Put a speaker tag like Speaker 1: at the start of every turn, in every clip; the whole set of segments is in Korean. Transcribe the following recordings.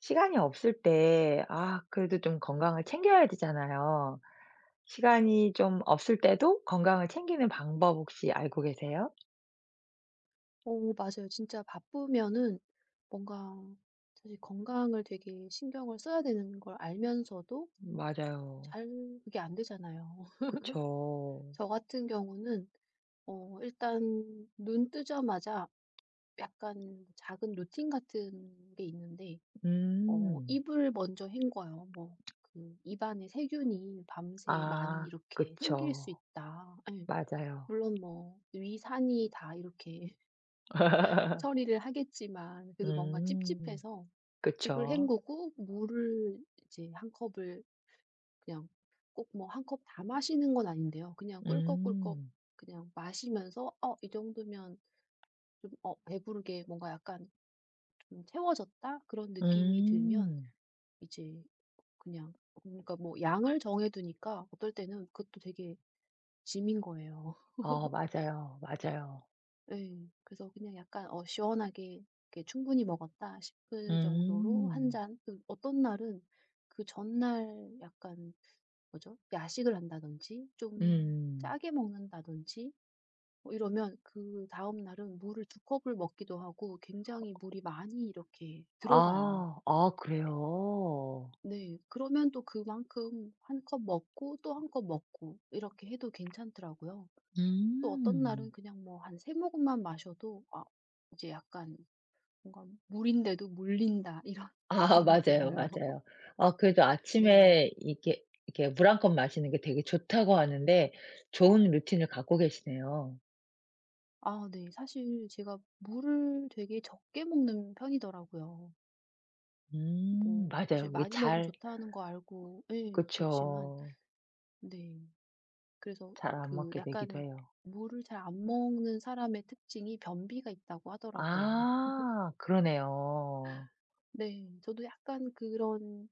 Speaker 1: 시간이 없을 때 그래도 좀 건강을 챙겨야 되잖아요. 시간이 좀 없을 때도 건강을 챙기는 방법 혹시 알고 계세요?
Speaker 2: 어 맞아요. 진짜 바쁘면은 뭔가 사실 건강을 되게 신경을 써야 되는 걸 알면서도
Speaker 1: 맞아요.
Speaker 2: 잘 그게 안 되잖아요.
Speaker 1: 그쵸.
Speaker 2: 저 같은 경우는 일단 눈 뜨자마자 약간 작은 루틴 같은 게 있는데
Speaker 1: 음.
Speaker 2: 입을 먼저 헹궈요. 뭐 그 "입안에 세균이 밤새 많이
Speaker 1: 아
Speaker 2: 이렇게 생길 수
Speaker 1: 그쵸.
Speaker 2: 있다." 예.
Speaker 1: 맞아요.
Speaker 2: 물론 뭐 위산이 다 이렇게 처리를 하겠지만 그래도 뭔가
Speaker 1: 음.
Speaker 2: 찝찝해서 입을
Speaker 1: 그쵸.
Speaker 2: 헹구고 물을 이제 한 컵을 그냥, 꼭 뭐 한 컵 다 마시는 건 아닌데요. 그냥 꿀꺽꿀꺽
Speaker 1: 음.
Speaker 2: 그냥 마시면서 '어 이 정도면 좀 배부르게 뭔가 약간 좀 채워졌다.' 그런 느낌이 들면
Speaker 1: 음.
Speaker 2: 이제 그냥, 그러니까 뭐 양을 정해 두니까 어떨 때는 그것도 되게 짐인 거예요.
Speaker 1: 어 맞아요, 맞아요.
Speaker 2: 예. 그래서 그냥 약간 시원하게 이렇게 '충분히 먹었다.' 싶을 정도로 한
Speaker 1: 음.
Speaker 2: 잔. 그 어떤 날은 그 전날 약간 뭐죠? 야식을 한다든지 좀
Speaker 1: 음.
Speaker 2: 짜게 먹는다든지 뭐 이러면, 그다음 날은 물을 두 컵을 먹기도 하고 굉장히 물이 많이 이렇게 들어가요.
Speaker 1: 아. 아 그래요?
Speaker 2: 네. 그러면 또 그만큼 한 컵 먹고 또 한 컵 먹고 이렇게 해도 괜찮더라고요. 또 어떤 날은
Speaker 1: 음.
Speaker 2: 그냥 뭐 한 세 모금만 마셔도 아 이제 약간 뭔가 '물인데도 물린다.' 이런
Speaker 1: 아
Speaker 2: 느낌이
Speaker 1: 맞아요,
Speaker 2: 들어요.
Speaker 1: 맞아요. 아 그래도
Speaker 2: 네.
Speaker 1: 아침에 이게 이렇게 물 한 컵 마시는 게 되게 좋다고 하는데 좋은 루틴을 갖고 계시네요.
Speaker 2: 아 네. 사실 제가 물을 되게 적게 먹는 편이더라고요. 뭐
Speaker 1: 맞아요.
Speaker 2: 사실
Speaker 1: 이게
Speaker 2: 많이 먹으면
Speaker 1: 잘.
Speaker 2: 좋다는 거 알고, 예 그렇지만
Speaker 1: 그쵸.
Speaker 2: 네. 그래서
Speaker 1: 잘 안
Speaker 2: 그
Speaker 1: 먹게 되기도
Speaker 2: 약간
Speaker 1: 해요.
Speaker 2: 물을 잘 안 먹는 사람의 특징이 변비가 있다고 하더라고요.
Speaker 1: 아 그러네요.
Speaker 2: 네. 저도 약간 그런.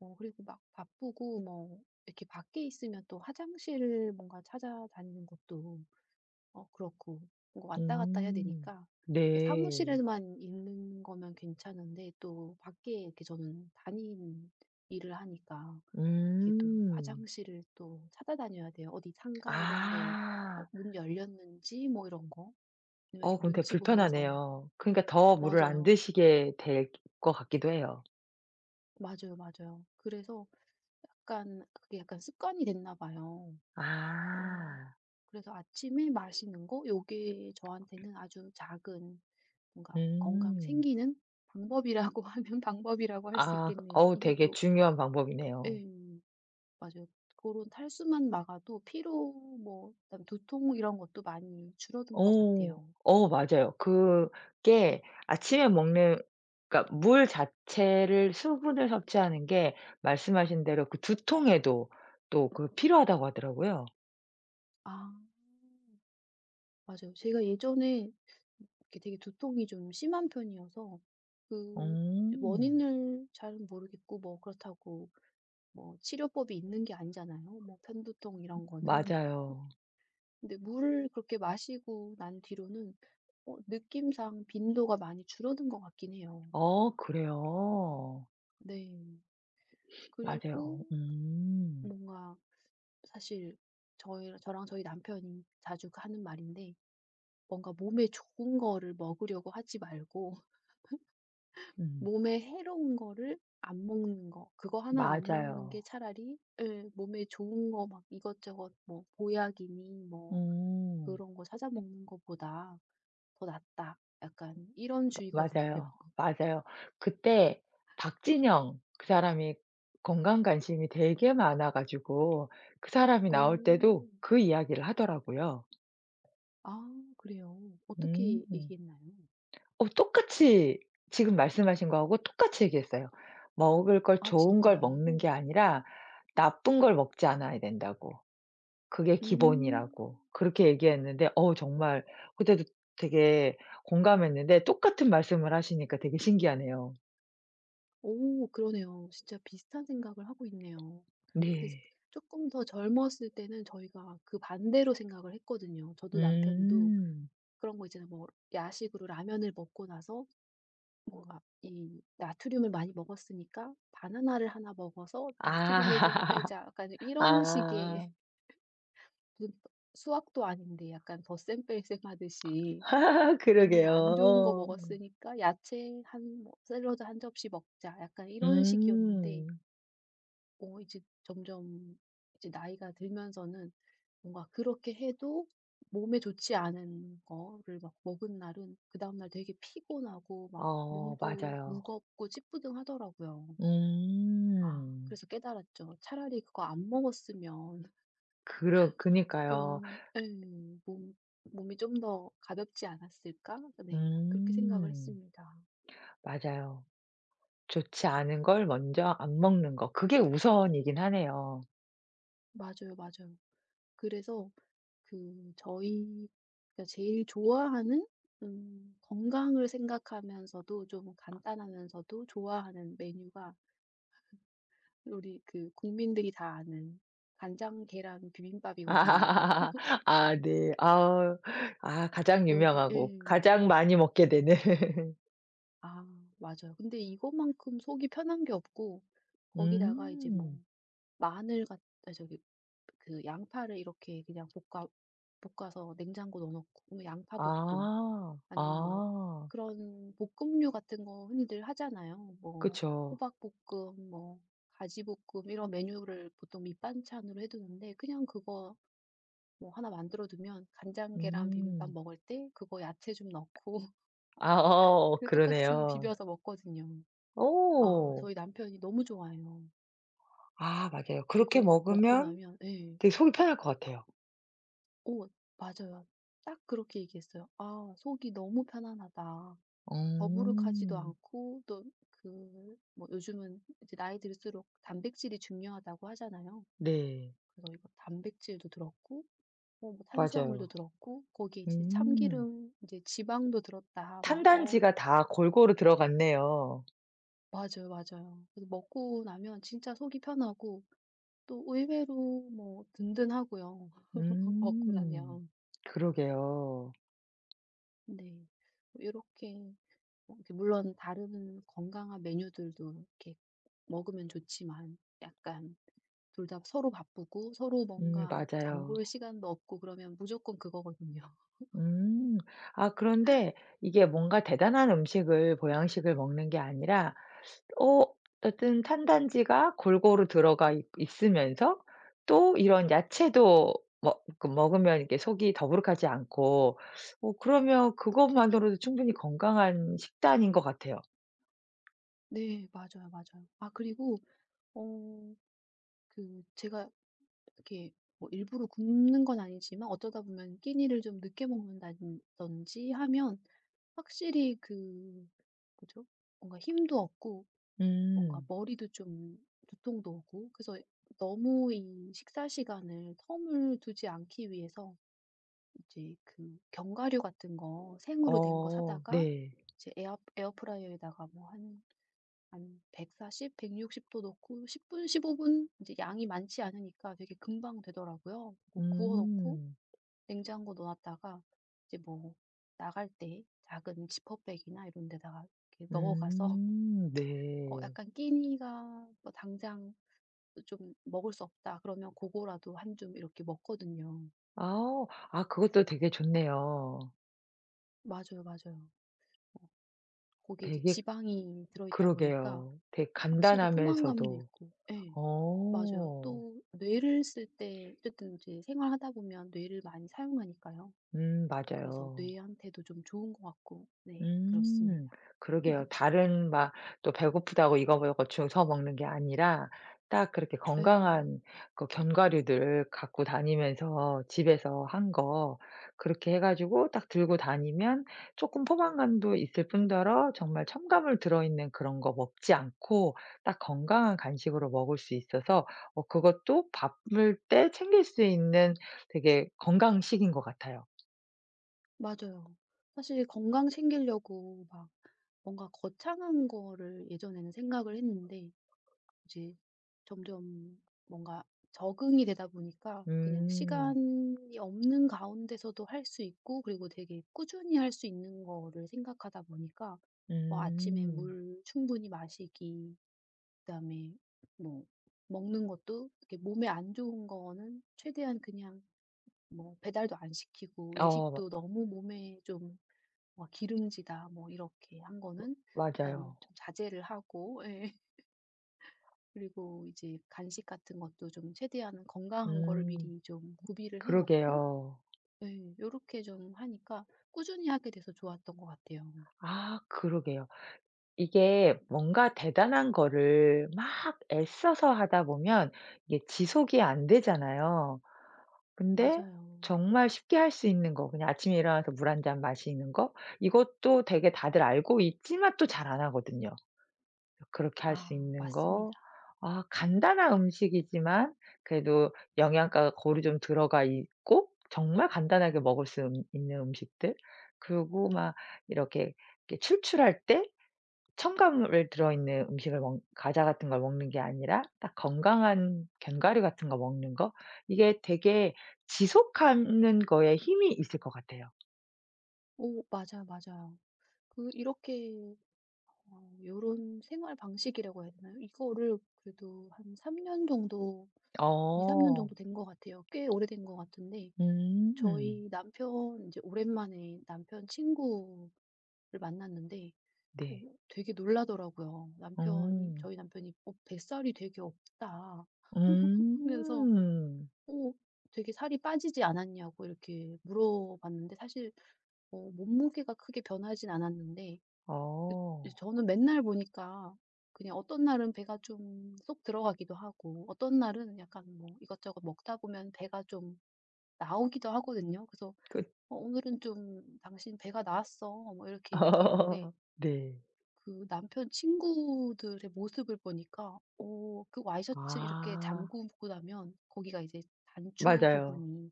Speaker 2: 그리고 막 바쁘고 뭐 이렇게 밖에 있으면 또 화장실을 뭔가 찾아다니는 것도 그렇고, 뭔가 왔다 갔다 해야
Speaker 1: 음.
Speaker 2: 되니까. 그
Speaker 1: 네.
Speaker 2: 사무실에만 있는 거면 괜찮은데, 또 밖에 이렇게 저는 다니는 일을 하니까 이게 또
Speaker 1: 음.
Speaker 2: 화장실을 또 찾아다녀야 돼요. 어디 상가 이런 데
Speaker 1: 아.
Speaker 2: 문 열렸는지 뭐 이런 거. 아니면 이렇게
Speaker 1: 그럼 되게
Speaker 2: 눈치 보면서 뭐.
Speaker 1: 불편하네요. 그러니까 더 물을 안
Speaker 2: 맞아요.
Speaker 1: 드시게 될 것 같기도 해요.
Speaker 2: 맞아요, 맞아요. 그래서 약간 그게 약간 습관이 됐나 봐요. 어
Speaker 1: 아.
Speaker 2: 그래서 아침에 마시는 거 요게 저한테는 아주 작은 뭔가 건강
Speaker 1: 음.
Speaker 2: 챙기는 방법이라고, 하면 방법이라고 할 수
Speaker 1: 아
Speaker 2: 있겠네요.
Speaker 1: 어우
Speaker 2: 이게
Speaker 1: 되게
Speaker 2: 또
Speaker 1: 중요한 방법이네요.
Speaker 2: 예, 맞아요. 런 탈수만 막아도 피로, 뭐 그다두통 이런 것도 많이 줄어든 것
Speaker 1: 어.
Speaker 2: 같아요.
Speaker 1: 어 맞아요. 그게 아침에 먹는, 그러니까 물 자체를, 수분을 섭취하는 게 말씀하신 대로 그 두통에도 또 그 필요하다고 하더라고요.
Speaker 2: 아 맞아요. 제가 예전에 이렇게 되게 두통이 좀 심한 편이어서 그
Speaker 1: 음.
Speaker 2: 원인을 잘은 모르겠고, 뭐 그렇다고 뭐 치료법이 있는 게 아니잖아요. 뭐 편두통 이런 거는.
Speaker 1: 맞아요.
Speaker 2: 근데 물을 그렇게 마시고 난 뒤로는 느낌상 빈도가 많이 줄어든 것 같긴 해요.
Speaker 1: 어 그래요?
Speaker 2: 네. 그리고
Speaker 1: 맞아요. 음.
Speaker 2: 뭔가 사실 저희 저랑 저희 남편이 자주 그 하는 말인데, 뭔가 몸에 좋은 거를 먹으려고 하지 말고
Speaker 1: 음.
Speaker 2: 몸에 해로운 거를 안 먹는 거. 그거 하나 안 먹는 게
Speaker 1: 맞아요.
Speaker 2: 차라리, 예 몸에 좋은 거 막 이것저것 뭐 보약이니 뭐
Speaker 1: 음.
Speaker 2: 그런 거 찾아 먹는 것보다 더 낫다. 약간 이런
Speaker 1: 마
Speaker 2: 주의거든요.
Speaker 1: 맞아요. 맞아요. 그때 박진영 그 사람이 건강 관심이 되게 많아 가지고 그 사람이
Speaker 2: 오.
Speaker 1: 나올 때도 그 이야기를 하더라고요.
Speaker 2: 아, 그래요? 어떻게
Speaker 1: 음.
Speaker 2: 얘기했나요?
Speaker 1: 똑같이 지금 말씀하신 거하고 똑같이 얘기했어요. 먹을 걸
Speaker 2: 아,
Speaker 1: 좋은 걸
Speaker 2: 진짜요?
Speaker 1: 먹는 게 아니라 나쁜 걸 먹지 않아야 된다고. 그게
Speaker 2: 음.
Speaker 1: 기본이라고. 그렇게 얘기했는데 정말 그때도 되게 공감했는데 똑같은 말씀을 하시니까 되게 신기하네요.
Speaker 2: 오 그러네요. 진짜 비슷한 생각을 하고 있네요. 근데
Speaker 1: 네.
Speaker 2: 조금 더 젊었을 때는 저희가 그 반대로 생각을 했거든요. 저도 남편도.
Speaker 1: 음.
Speaker 2: 그런 거 있잖아요. 뭐 야식으로 라면을 먹고 나서 뭔가 이 나트륨을 많이 먹었으니까 '바나나를 하나 먹어서
Speaker 1: 아.
Speaker 2: 나트륨을 좀 빼자.' 약간 이런 식의,
Speaker 1: 아.
Speaker 2: 무슨 수학도 아닌데 약간 덧셈 뺄셈 하듯이 몸에
Speaker 1: 그러게요.
Speaker 2: 안 좋은 거
Speaker 1: 어.
Speaker 2: 먹었으니까 야채 한, 뭐 샐러드 한 접시 먹자. 약간 이런 식이었는데
Speaker 1: 음.
Speaker 2: 이제 점점 이제 나이가 들면서는 뭔가 그렇게 해도 몸에 좋지 않은 거를 막 먹은 날은 그다음 날 되게 피곤하고 막
Speaker 1: 어
Speaker 2: 몸도
Speaker 1: 맞아요.
Speaker 2: 무겁고 찌뿌둥하더라고요. 아
Speaker 1: 음.
Speaker 2: 그래서 깨달았죠. 차라리 그거 안 먹었으면,
Speaker 1: 그러 그니까요.
Speaker 2: 그런. 몸 '몸이 좀 더 가볍지 않았을까?' 네. 그렇게 생각을
Speaker 1: 음.
Speaker 2: 했습니다.
Speaker 1: 맞아요. 좋지 않은 걸 먼저 안 먹는 거, 그게 우선이긴 하네요.
Speaker 2: 맞아요, 맞아요. 그래서 그 저희가 제일 좋아하는, 건강을 생각하면서도 좀 간단하면서도 좋아하는 메뉴가, 우리 그 국민들이 다 아는 간장 계란
Speaker 1: 아.
Speaker 2: 비빔밥이거든요.
Speaker 1: 아, 네. 아우. 아 가장
Speaker 2: 여기
Speaker 1: 유명하고
Speaker 2: 예.
Speaker 1: 가장 많이 먹게 되는.
Speaker 2: 아 맞아요. 근데 이거만큼 속이 편한 게 없고, 거기다가 이제 뭐
Speaker 1: 음.
Speaker 2: 마늘 같 아 저기 그 양파를 이렇게 그냥 볶아서 냉장고 넣어 놓고 양파 볶음,
Speaker 1: 아.
Speaker 2: 아니면 뭐
Speaker 1: 아.
Speaker 2: 그런 볶음류 같은 거 흔히들 하잖아요. 뭐
Speaker 1: 그쵸.
Speaker 2: 호박볶음, 뭐 가지볶음 이런 메뉴를 보통 밑반찬으로 해 두는데 그냥 그거 뭐나 만들어 두면 간장 계란 비빔밥
Speaker 1: 음.
Speaker 2: 먹을 때 그거 야채 좀 넣고
Speaker 1: 아
Speaker 2: 그 똑같이
Speaker 1: 그러네요.
Speaker 2: 비벼서 먹거든요. 아
Speaker 1: 오.
Speaker 2: 저희 남편이 너무 좋아해요.
Speaker 1: 아 맞아요. 그렇게
Speaker 2: 그거 먹고
Speaker 1: 먹으면
Speaker 2: 나면, 예.
Speaker 1: 되게 속이 편할 것 같아요.
Speaker 2: 오 맞아요. 딱 그렇게 얘기했어요. "아 속이 너무 편안하다." 더부룩하지도
Speaker 1: 음.
Speaker 2: 않고, 또 그 뭐 요즘은 이제 나이 들수록 단백질이 중요하다고 하잖아요.
Speaker 1: 네.
Speaker 2: 그래서 이거 단백질도 들었고 뭐
Speaker 1: 맞아요.
Speaker 2: 탄수화물도 들었고 거기에 이제
Speaker 1: 음.
Speaker 2: 참기름 이제 지방도 들었다. 막 어.
Speaker 1: 탄단지가 다 골고루 들어갔네요.
Speaker 2: 맞아요, 맞아요. 그래서 먹고 나면 진짜 속이 편하고, 또 의외로 뭐 든든하고요, 먹고
Speaker 1: 음.
Speaker 2: 나면.
Speaker 1: 그러게요.
Speaker 2: 네. 뭐 요렇게 뭐 이렇게 물론 다른 건강한 메뉴들도 이렇게 먹으면 좋지만, 약간 둘 다 서로 바쁘고 서로 뭔가 장
Speaker 1: 맞아요.
Speaker 2: 볼 시간도 없고 그러면 무조건 그거거든요.
Speaker 1: 음. 아 그런데 이게 뭔가 대단한 음식을, 보양식을 먹는 게 아니라 어 어쨌든 탄단지가 골고루 들어가 있 있으면서 또 이런 야채도 먹 그 먹으면 이렇게 속이 더부룩하지 않고 그러면 그것만으로도 충분히 건강한 식단인 것 같아요.
Speaker 2: 네. 맞아요, 맞아요. 아 그리고 어 제가 이렇게 뭐 일부러 굶는 건 아니지만 어쩌다 보면 끼니를 좀 늦게 먹는다든지 하면 확실히 그, 뭐죠? 뭔가 힘도 없고 뭔가
Speaker 1: 음.
Speaker 2: 머리도 좀, 두통도 오고. 그래서 너무 이 식사 시간을 텀을 두지 않기 위해서 이제 그 견과류 같은 거 생으로 된 거
Speaker 1: 어
Speaker 2: 사다가
Speaker 1: 네.
Speaker 2: 이제 에어프라이어에다가 뭐 한 140, 160도 넣고 10분, 15분, 이제 양이 많지 않으니까 되게 금방 되더라고요. 그거 구워 놓고
Speaker 1: 음.
Speaker 2: 냉장고 넣어 놨다가 이제 뭐 나갈 때 작은 지퍼백이나 이런 데다가 이렇게 넣어 가서,
Speaker 1: 네.
Speaker 2: 약간 끼니가 뭐 당장 좀 먹을 수 없다 그러면 그거라도 한 줌 이렇게 먹거든요.
Speaker 1: 아. 아 그것도 되게 좋네요.
Speaker 2: 맞아요, 맞아요. 어 거기에 이제
Speaker 1: 되게.
Speaker 2: 지방이 들어있다 보니까
Speaker 1: 그러게요. 되게
Speaker 2: 확실히 포만감도
Speaker 1: 간단하면서도.
Speaker 2: 있고, 예. 맞아요.
Speaker 1: 어.
Speaker 2: 또 뇌를 쓸 때 어쨌든 이제 생활하다 보면 뇌를 많이 사용하니까요. 그래서
Speaker 1: 맞아요.
Speaker 2: 뇌한테도 좀 좋은 것 같고, 네
Speaker 1: 음.
Speaker 2: 그렇습니다.
Speaker 1: 그러게요. 다른 막 또 배고프다고 이거저거 주워 먹는 게 아니라 딱 그렇게
Speaker 2: 네,
Speaker 1: 건강한 그 견과류들 갖고 다니면서 집에서 한 거, 그렇게 해 가지고 딱 들고 다니면 조금 포만감도 있을 뿐더러 정말 첨가물 들어있는 그런 거 먹지 않고 딱 건강한 간식으로 먹을 수 있어서 그것도 바쁠 때 챙길 수 있는 되게 건강식인 것 같아요.
Speaker 2: 맞아요. 사실 건강 챙기려고 막 뭔가 거창한 거를 예전에는 생각을 했는데 이제 점점 뭔가 적응이 되다 보니까 그냥
Speaker 1: 음.
Speaker 2: 시간이 없는 가운데서도 할 수 있고 그리고 되게 꾸준히 할 수 있는 거를 생각하다 보니까, 뭐 아침에
Speaker 1: 음.
Speaker 2: 물 충분히 마시기, 그다음에 뭐 먹는 것도 이렇게 몸에 안 좋은 거는 최대한 그냥, 뭐 배달도 안 시키고
Speaker 1: 어.
Speaker 2: 외식도 너무 몸에 좀뭐 기름지다 뭐 이렇게 한 거는 약간
Speaker 1: 맞아요.
Speaker 2: 좀 자제를 하고, 예. 그리고 이제 간식 같은 것도 좀 최대한 건강한 거를
Speaker 1: 음
Speaker 2: 미리 좀 구비를 해 놓고,
Speaker 1: 그러게요.
Speaker 2: 예 요렇게 좀 하니까 꾸준히 하게 돼서 좋았던 것 같아요.
Speaker 1: 아 그러게요. 이게 뭔가 대단한 거를 막 애써서 하다 보면 이게 지속이 안 되잖아요. 근데
Speaker 2: 맞아요.
Speaker 1: 정말 쉽게 할 수 있는 거, 그냥 아침에 일어나서 물 한잔 마시는 거, 이것도 되게 다들 알고 있지만 또 잘 안 하거든요. 그렇게 할 수
Speaker 2: 아
Speaker 1: 있는 거.
Speaker 2: 맞습니다.
Speaker 1: 아 간단한 음식이지만 그래도 영양가가 고루 좀 들어가 있고 정말 간단하게 먹을 수 있는 음식들. 그리고 막 이렇게 출출할 때 첨가물 들어있는 음식을, 먹 과자 같은 걸 먹는 게 아니라 딱 건강한 견과류 같은 거 먹는 거. 이게 되게 지속하는 거에 힘이 있을 것 같아요.
Speaker 2: 오 맞아요, 맞아요. 그 이렇게 요런 생활 방식이라고 해야 되나요? 이거를 그래도 한 3년 정도, 2~3년
Speaker 1: 어.
Speaker 2: 정도 된 것 같아요. 꽤 오래된 것 같은데
Speaker 1: 음.
Speaker 2: 저희 남편 인제 오랜만에 남편 친구를 만났는데
Speaker 1: 네.
Speaker 2: 뭐 되게 놀라더라고요. 남편이
Speaker 1: 음.
Speaker 2: 저희 남편이 "어 뱃살이 되게 없다." 하면서
Speaker 1: 음.
Speaker 2: "어 되게 살이 빠지지 않았냐."고 이렇게 물어봤는데, 사실 몸무게가 크게 변하진 않았는데, 그
Speaker 1: 어.
Speaker 2: 저는 맨날 보니까 그냥 어떤 날은 배가 좀 쏙 들어가기도 하고 어떤 날은 약간 뭐 이것저것 먹다 보면 배가 좀 나오기도 하거든요. 그래서
Speaker 1: 그.
Speaker 2: "어 오늘은 좀 당신 배가 나왔어." 뭐 이렇게 얘기했는데,
Speaker 1: 네.
Speaker 2: 그 남편 친구들의 모습을 보니까 그 와이셔츠 이렇게
Speaker 1: 아
Speaker 2: 잠그고 나면 거기가 이제 단추
Speaker 1: 맞아요.
Speaker 2: 부분이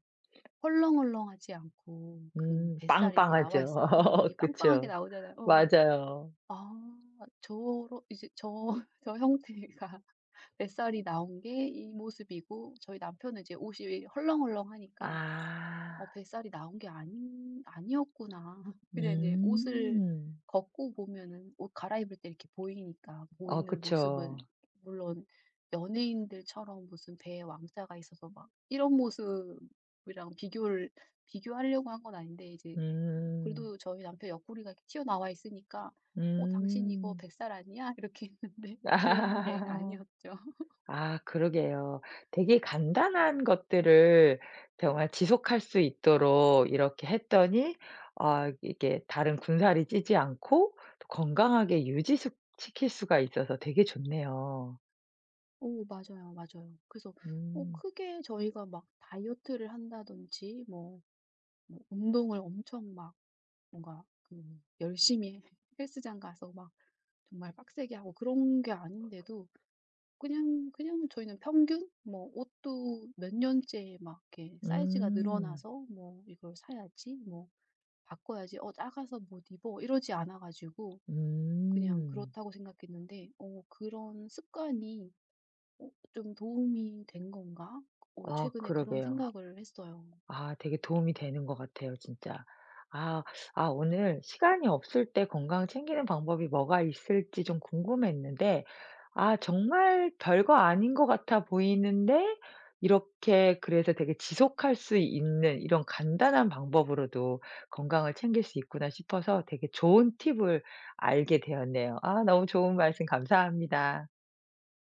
Speaker 2: 헐렁헐렁하지 않고, 그 뱃살이 이렇게 나와
Speaker 1: 빵빵하죠.
Speaker 2: 있으면 그 부분이 빵빵하게
Speaker 1: 그쵸.
Speaker 2: 나오잖아요. 그래서
Speaker 1: 맞아요.
Speaker 2: '아 저러 이제 저 저 형태가, 뱃살이 나온 게 이 모습이고' 저희 남편은 이제 옷이 헐렁헐렁하니까 '어
Speaker 1: 아.
Speaker 2: 뱃살이 나온 게 아닌 아니었구나.' 그냥 이제 옷을
Speaker 1: 음.
Speaker 2: 걷고 보면은, 옷 갈아입을 때 이렇게 보이니까
Speaker 1: 어
Speaker 2: 보이는
Speaker 1: 그쵸.
Speaker 2: 모습은 물론 연예인들처럼 무슨 배에 왕자가 있어서 막 이런 모습이랑 비교를 비교하려고 한 건 아닌데, 이제
Speaker 1: 음.
Speaker 2: 그래도 저희 남편 옆구리가 이렇게 튀어나와 있으니까 "어 당신 이거
Speaker 1: 음.
Speaker 2: 뱃살 아니야?" 이렇게 했는데 그런 게
Speaker 1: 아.
Speaker 2: 아니었죠.
Speaker 1: 아 그러게요. 되게 간단한 것들을 정말 지속할 수 있도록 이렇게 했더니 이게 다른 군살이 찌지 않고 또 건강하게 유지 시킬 수가 있어서 되게 좋네요.
Speaker 2: 오 맞아요, 맞아요. 그래서
Speaker 1: 음.
Speaker 2: 크게 저희가 막 다이어트를 한다든지 뭐 운동을 엄청 막 뭔가 그 열심히 헬스장 가서 막 정말 빡세게 하고 그런 게 아닌데도, 그냥 저희는 평균 뭐 옷도 몇 년째 막 이렇게 사이즈가
Speaker 1: 음.
Speaker 2: 늘어나서 뭐 이걸 사야지 뭐 바꿔야지 작아서 못 입어 이러지 않아 가지고 그냥
Speaker 1: 음.
Speaker 2: 그렇다고 생각했는데 그런 습관이 어, 좀 도움이 된 건가? 어,
Speaker 1: 아
Speaker 2: 최근에 그런
Speaker 1: 그러게요.
Speaker 2: 생각을 했어요.
Speaker 1: 아 되게 도움이 되는 것 같아요 진짜. 아. 오늘 시간이 없을 때 건강 챙기는 방법이 뭐가 있을지 좀 궁금했는데 정말 별거 아닌 것 같아 보이는데 이렇게, 그래서 되게 지속할 수 있는 이런 간단한 방법으로도 건강을 챙길 수 있구나 싶어서 되게 좋은 팁을 알게 되었네요. 아 너무 좋은 말씀 감사합니다.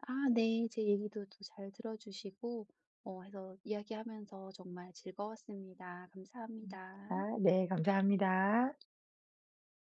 Speaker 2: 아 네. 제 얘기도 또 잘 들어 주시고 해서 이야기하면서 정말 즐거웠습니다.
Speaker 1: 아
Speaker 2: 감사합니다.
Speaker 1: 네 감사합니다.